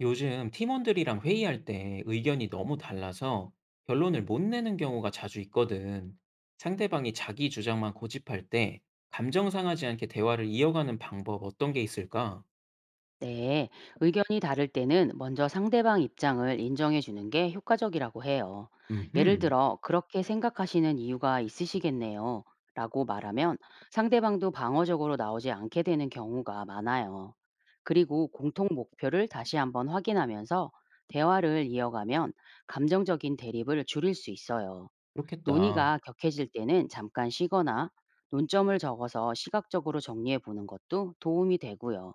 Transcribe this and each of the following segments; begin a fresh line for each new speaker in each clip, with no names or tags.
요즘 팀원들이랑 회의할 때 의견이 너무 달라서 결론을 못 내는 경우가 자주 있거든. 상대방이 자기 주장만 고집할 때 감정 상하지 않게 대화를 이어가는 방법 어떤 게 있을까?
네, 의견이 다를 때는 먼저 상대방 입장을 인정해 주는 게 효과적이라고 해요. 예를
음흠,
들어, 그렇게 생각하시는 이유가 있으시겠네요. 라고 말하면 상대방도 방어적으로 나오지 않게 되는 경우가 많아요. 그리고 공통 목표를 다시 한번 확인하면서 대화를 이어가면 감정적인 대립을 줄일 수 있어요.
그렇겠다.
논의가 격해질 때는 잠깐 쉬거나 논점을 적어서 시각적으로 정리해 보는 것도 도움이 되고요.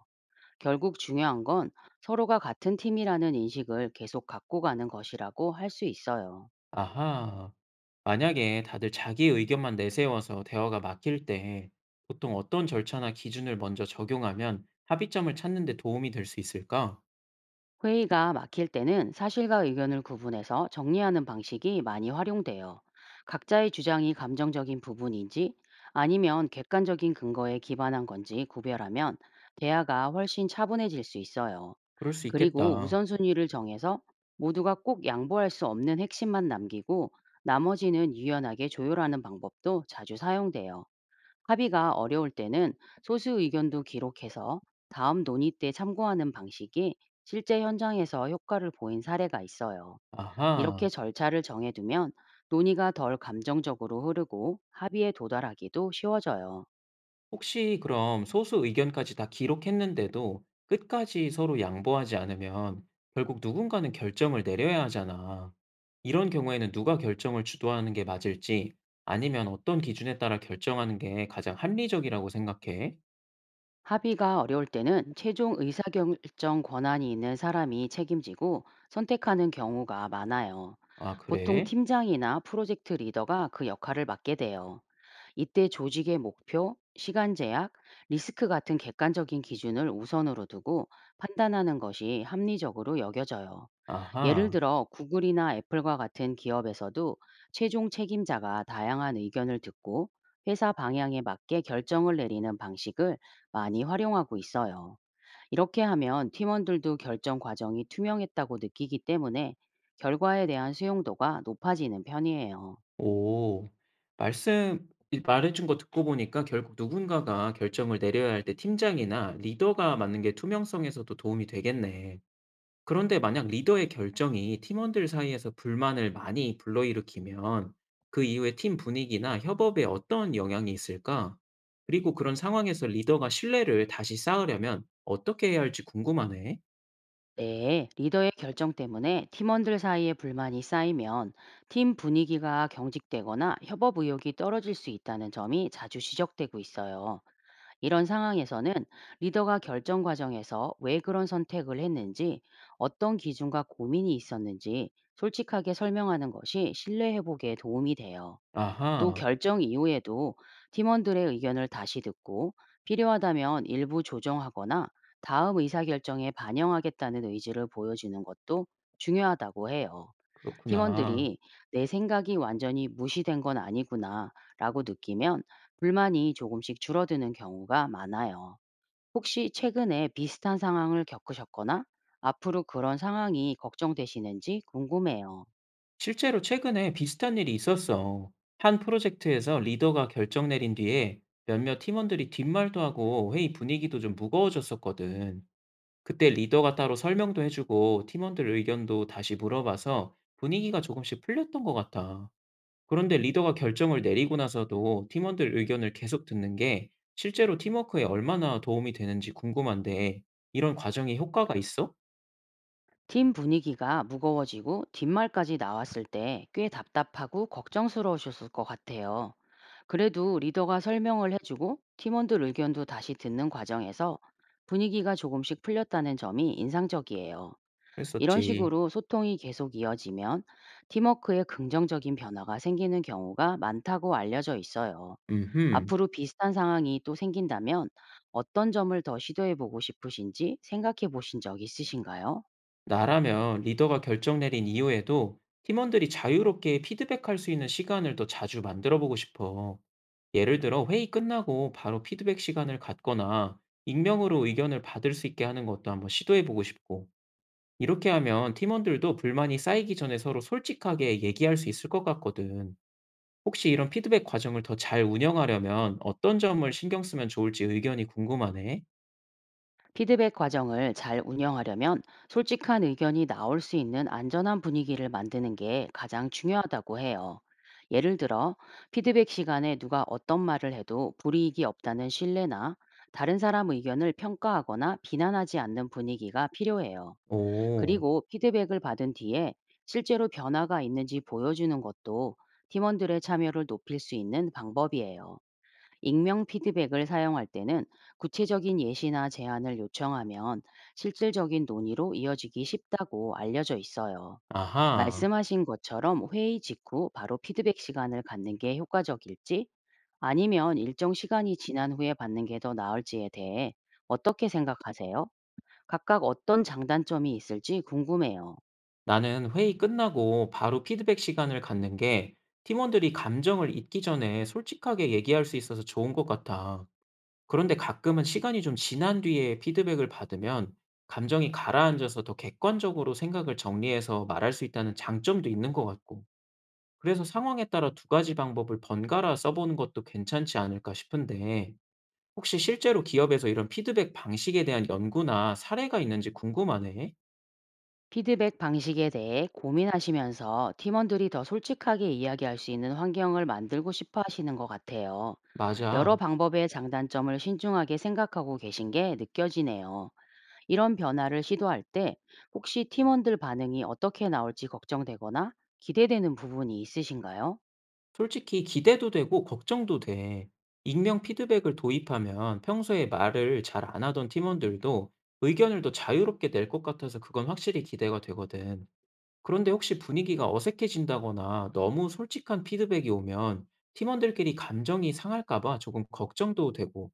결국 중요한 건 서로가 같은 팀이라는 인식을 계속 갖고 가는 것이라고 할 수 있어요.
아하. 만약에 다들 자기 의견만 내세워서 대화가 막힐 때 보통 어떤 절차나 기준을 먼저 적용하면 합의점을 찾는 데 도움이 될 수 있을까?
회의가 막힐 때는 사실과 의견을 구분해서 정리하는 방식이 많이 활용돼요. 각자의 주장이 감정적인 부분인지 아니면 객관적인 근거에 기반한 건지 구별하면 대화가 훨씬 차분해질 수 있어요.
그럴 수
그리고
있겠다.
우선순위를 정해서 모두가 꼭 양보할 수 없는 핵심만 남기고 나머지는 유연하게 조율하는 방법도 자주 사용돼요. 합의가 어려울 때는 소수 의견도 기록해서 다음 논의 때 참고하는 방식이 실제 현장에서 효과를 보인 사례가 있어요. 이렇게
아하.
절차를 정해두면 논의가 덜 감정적으로 흐르고 합의에 도달하기도 쉬워져요.
혹시 그럼 소수 의견까지 다 기록했는데도 끝까지 서로 양보하지 않으면 결국 누군가는 결정을 내려야 하잖아. 이런 경우에는 누가 결정을 주도하는 게 맞을지 아니면 어떤 기준에 따라 결정하는 게 가장 합리적이라고 생각해?
합의가 어려울 때는 최종 의사결정 권한이 있는 사람이 책임지고 선택하는 경우가 많아요.
아,
보통
그래?
팀장이나 프로젝트 리더가 그 역할을 맡게 돼요. 이때 조직의 목표, 시간 제약, 리스크 같은 객관적인 기준을 우선으로 두고 판단하는 것이 합리적으로 여겨져요. 예를
아하.
들어 구글이나 애플과 같은 기업에서도 최종 책임자가 다양한 의견을 듣고 회사 방향에 맞게 결정을 내리는 방식을 많이 활용하고 있어요. 이렇게 하면 팀원들도 결정 과정이 투명했다고 느끼기 때문에 결과에 대한 수용도가 높아지는 편이에요.
오. 말해준 거 듣고 보니까 결국 누군가가 결정을 내려야 할 때 팀장이나 리더가 맞는 게 투명성에서도 도움이 되겠네. 그런데 만약 리더의 결정이 팀원들 사이에서 불만을 많이 불러일으키면 그 이후에 팀 분위기나 협업에 어떤 영향이 있을까? 그리고 그런 상황에서 리더가 신뢰를 다시 쌓으려면 어떻게 해야 할지 궁금하네.
네, 리더의 결정 때문에 팀원들 사이에 불만이 쌓이면 팀 분위기가 경직되거나 협업 의욕이 떨어질 수 있다는 점이 자주 지적되고 있어요. 이런 상황에서는 리더가 결정 과정에서 왜 그런 선택을 했는지, 어떤 기준과 고민이 있었는지 솔직하게 설명하는 것이 신뢰 회복에 도움이 돼요. 또
아하,
결정 이후에도 팀원들의 의견을 다시 듣고 필요하다면 일부 조정하거나 다음 의사결정에 반영하겠다는 의지를 보여주는 것도 중요하다고 해요.
그렇구나.
팀원들이 내 생각이 완전히 무시된 건 아니구나 라고 느끼면 불만이 조금씩 줄어드는 경우가 많아요. 혹시 최근에 비슷한 상황을 겪으셨거나 앞으로 그런 상황이 걱정되시는지 궁금해요.
실제로 최근에 비슷한 일이 있었어. 한 프로젝트에서 리더가 결정 내린 뒤에 몇몇 팀원들이 뒷말도 하고 회의 분위기도 좀 무거워졌었거든. 그때 리더가 따로 설명도 해주고 팀원들 의견도 다시 물어봐서 분위기가 조금씩 풀렸던 것 같아. 그런데 리더가 결정을 내리고 나서도 팀원들 의견을 계속 듣는 게 실제로 팀워크에 얼마나 도움이 되는지 궁금한데 이런 과정이 효과가 있어?
팀 분위기가 무거워지고 뒷말까지 나왔을 때 꽤 답답하고 걱정스러우셨을 것 같아요. 그래도 리더가 설명을 해주고 팀원들 의견도 다시 듣는 과정에서 분위기가 조금씩 풀렸다는 점이 인상적이에요. 이런
했었지.
식으로 소통이 계속 이어지면 팀워크에 긍정적인 변화가 생기는 경우가 많다고 알려져 있어요.
음흠.
앞으로 비슷한 상황이 또 생긴다면 어떤 점을 더 시도해 보고 싶으신지 생각해 보신 적 있으신가요?
나라면 리더가 결정 내린 이후에도 팀원들이 자유롭게 피드백할 수 있는 시간을 더 자주 만들어 보고 싶어. 예를 들어 회의 끝나고 바로 피드백 시간을 갖거나 익명으로 의견을 받을 수 있게 하는 것도 한번 시도해 보고 싶고, 이렇게 하면 팀원들도 불만이 쌓이기 전에 서로 솔직하게 얘기할 수 있을 것 같거든. 혹시 이런 피드백 과정을 더 잘 운영하려면 어떤 점을 신경 쓰면 좋을지 의견이 궁금하네.
피드백 과정을 잘 운영하려면 솔직한 의견이 나올 수 있는 안전한 분위기를 만드는 게 가장 중요하다고 해요. 예를 들어, 피드백 시간에 누가 어떤 말을 해도 불이익이 없다는 신뢰나 다른 사람 의견을 평가하거나 비난하지 않는 분위기가 필요해요.
오,
그리고 피드백을 받은 뒤에 실제로 변화가 있는지 보여주는 것도 팀원들의 참여를 높일 수 있는 방법이에요. 익명 피드백을 사용할 때는 구체적인 예시나 제안을 요청하면 실질적인 논의로 이어지기 쉽다고 알려져 있어요.
아하.
말씀하신 것처럼 회의 직후 바로 피드백 시간을 갖는 게 효과적일지 아니면 일정 시간이 지난 후에 받는 게 더 나을지에 대해 어떻게 생각하세요? 각각 어떤 장단점이 있을지 궁금해요.
나는 회의 끝나고 바로 피드백 시간을 갖는 게 팀원들이 감정을 잊기 전에 솔직하게 얘기할 수 있어서 좋은 것 같아. 그런데 가끔은 시간이 좀 지난 뒤에 피드백을 받으면 감정이 가라앉아서 더 객관적으로 생각을 정리해서 말할 수 있다는 장점도 있는 것 같고. 그래서 상황에 따라 두 가지 방법을 번갈아 써보는 것도 괜찮지 않을까 싶은데, 혹시 실제로 기업에서 이런 피드백 방식에 대한 연구나 사례가 있는지 궁금하네.
피드백 방식에 대해 고민하시면서 팀원들이 더 솔직하게 이야기할 수 있는 환경을 만들고 싶어 하시는 것 같아요.
맞아.
여러 방법의 장단점을 신중하게 생각하고 계신 게 느껴지네요. 이런 변화를 시도할 때 혹시 팀원들 반응이 어떻게 나올지 걱정되거나 기대되는 부분이 있으신가요?
솔직히 기대도 되고 걱정도 돼. 익명 피드백을 도입하면 평소에 말을 잘 안 하던 팀원들도 의견을 더 자유롭게 낼 것 같아서 그건 확실히 기대가 되거든. 그런데 혹시 분위기가 어색해진다거나 너무 솔직한 피드백이 오면 팀원들끼리 감정이 상할까봐 조금 걱정도 되고,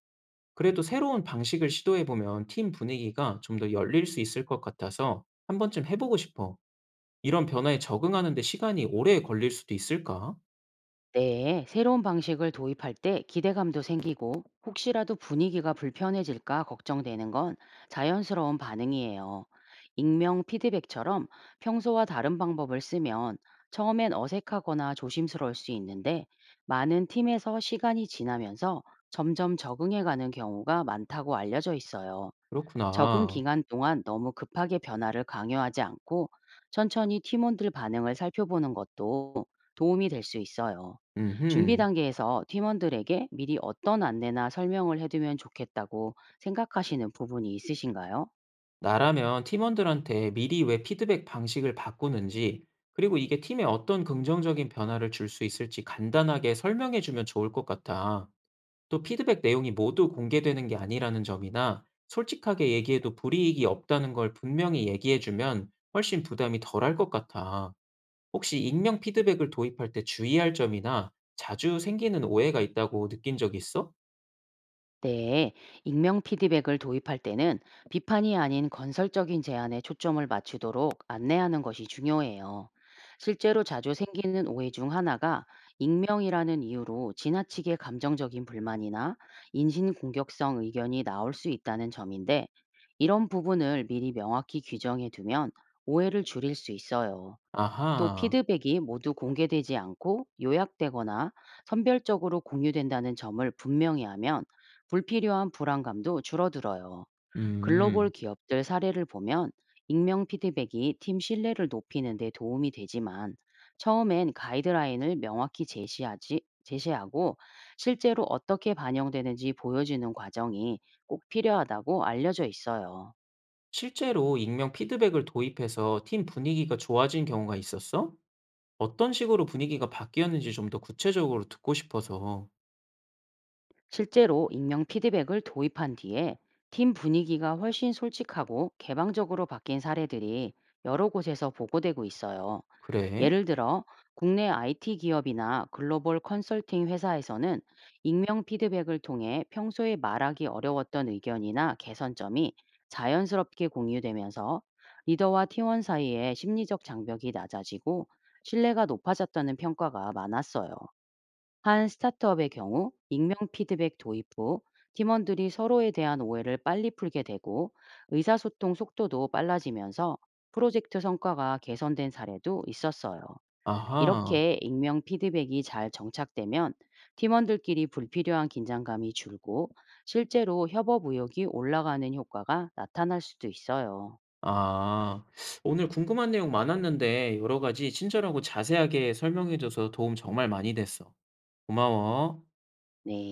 그래도 새로운 방식을 시도해보면 팀 분위기가 좀 더 열릴 수 있을 것 같아서 한 번쯤 해보고 싶어. 이런 변화에 적응하는데 시간이 오래 걸릴 수도 있을까?
네, 새로운 방식을 도입할 때 기대감도 생기고 혹시라도 분위기가 불편해질까 걱정되는 건 자연스러운 반응이에요. 익명 피드백처럼 평소와 다른 방법을 쓰면 처음엔 어색하거나 조심스러울 수 있는데 많은 팀에서 시간이 지나면서 점점 적응해가는 경우가 많다고 알려져 있어요. 적응
그렇구나.
기간 동안 너무 급하게 변화를 강요하지 않고 천천히 팀원들 반응을 살펴보는 것도 도움이 될 수 있어요. 준비
음흠.
단계에서 팀원들에게 미리 어떤 안내나 설명을 해두면 좋겠다고 생각하시는 부분이 있으신가요?
나라면 팀원들한테 미리 왜 피드백 방식을 바꾸는지, 그리고 이게 팀에 어떤 긍정적인 변화를 줄 수 있을지 간단하게 설명해 주면 좋을 것 같아. 또 피드백 내용이 모두 공개되는 게 아니라는 점이나 솔직하게 얘기해도 불이익이 없다는 걸 분명히 얘기해 주면 훨씬 부담이 덜할 것 같아. 혹시 익명 피드백을 도입할 때 주의할 점이나 자주 생기는 오해가 있다고 느낀 적 있어?
네, 익명 피드백을 도입할 때는 비판이 아닌 건설적인 제안에 초점을 맞추도록 안내하는 것이 중요해요. 실제로 자주 생기는 오해 중 하나가 익명이라는 이유로 지나치게 감정적인 불만이나 인신공격성 의견이 나올 수 있다는 점인데, 이런 부분을 미리 명확히 규정해 두면 오해를 줄일 수 있어요. 또
아하.
피드백이 모두 공개되지 않고 요약되거나 선별적으로 공유된다는 점을 분명히 하면 불필요한 불안감도 줄어들어요. 글로벌
음.
기업들 사례를 보면 익명 피드백이 팀 신뢰를 높이는 데 도움이 되지만 처음엔 가이드라인을 제시하고 실제로 어떻게 반영되는지 보여주는 과정이 꼭 필요하다고 알려져 있어요.
실제로 익명 피드백을 도입해서 팀 분위기가 좋아진 경우가 있었어? 어떤 식으로 분위기가 바뀌었는지 좀 더 구체적으로 듣고 싶어서.
실제로 익명 피드백을 도입한 뒤에 팀 분위기가 훨씬 솔직하고 개방적으로 바뀐 사례들이 여러 곳에서 보고되고 있어요.
그래?
예를 들어 국내 IT 기업이나 글로벌 컨설팅 회사에서는 익명 피드백을 통해 평소에 말하기 어려웠던 의견이나 개선점이 자연스럽게 공유되면서 리더와 팀원 사이의 심리적 장벽이 낮아지고 신뢰가 높아졌다는 평가가 많았어요. 한 스타트업의 경우 익명 피드백 도입 후 팀원들이 서로에 대한 오해를 빨리 풀게 되고 의사소통 속도도 빨라지면서 프로젝트 성과가 개선된 사례도 있었어요.
아하.
이렇게 익명 피드백이 잘 정착되면 팀원들끼리 불필요한 긴장감이 줄고 실제로 협업 의욕이 올라가는 효과가 나타날 수도 있어요.
아, 오늘 궁금한 내용 많았는데 여러 가지 친절하고 자세하게 설명해줘서 도움 정말 많이 됐어. 고마워.
네.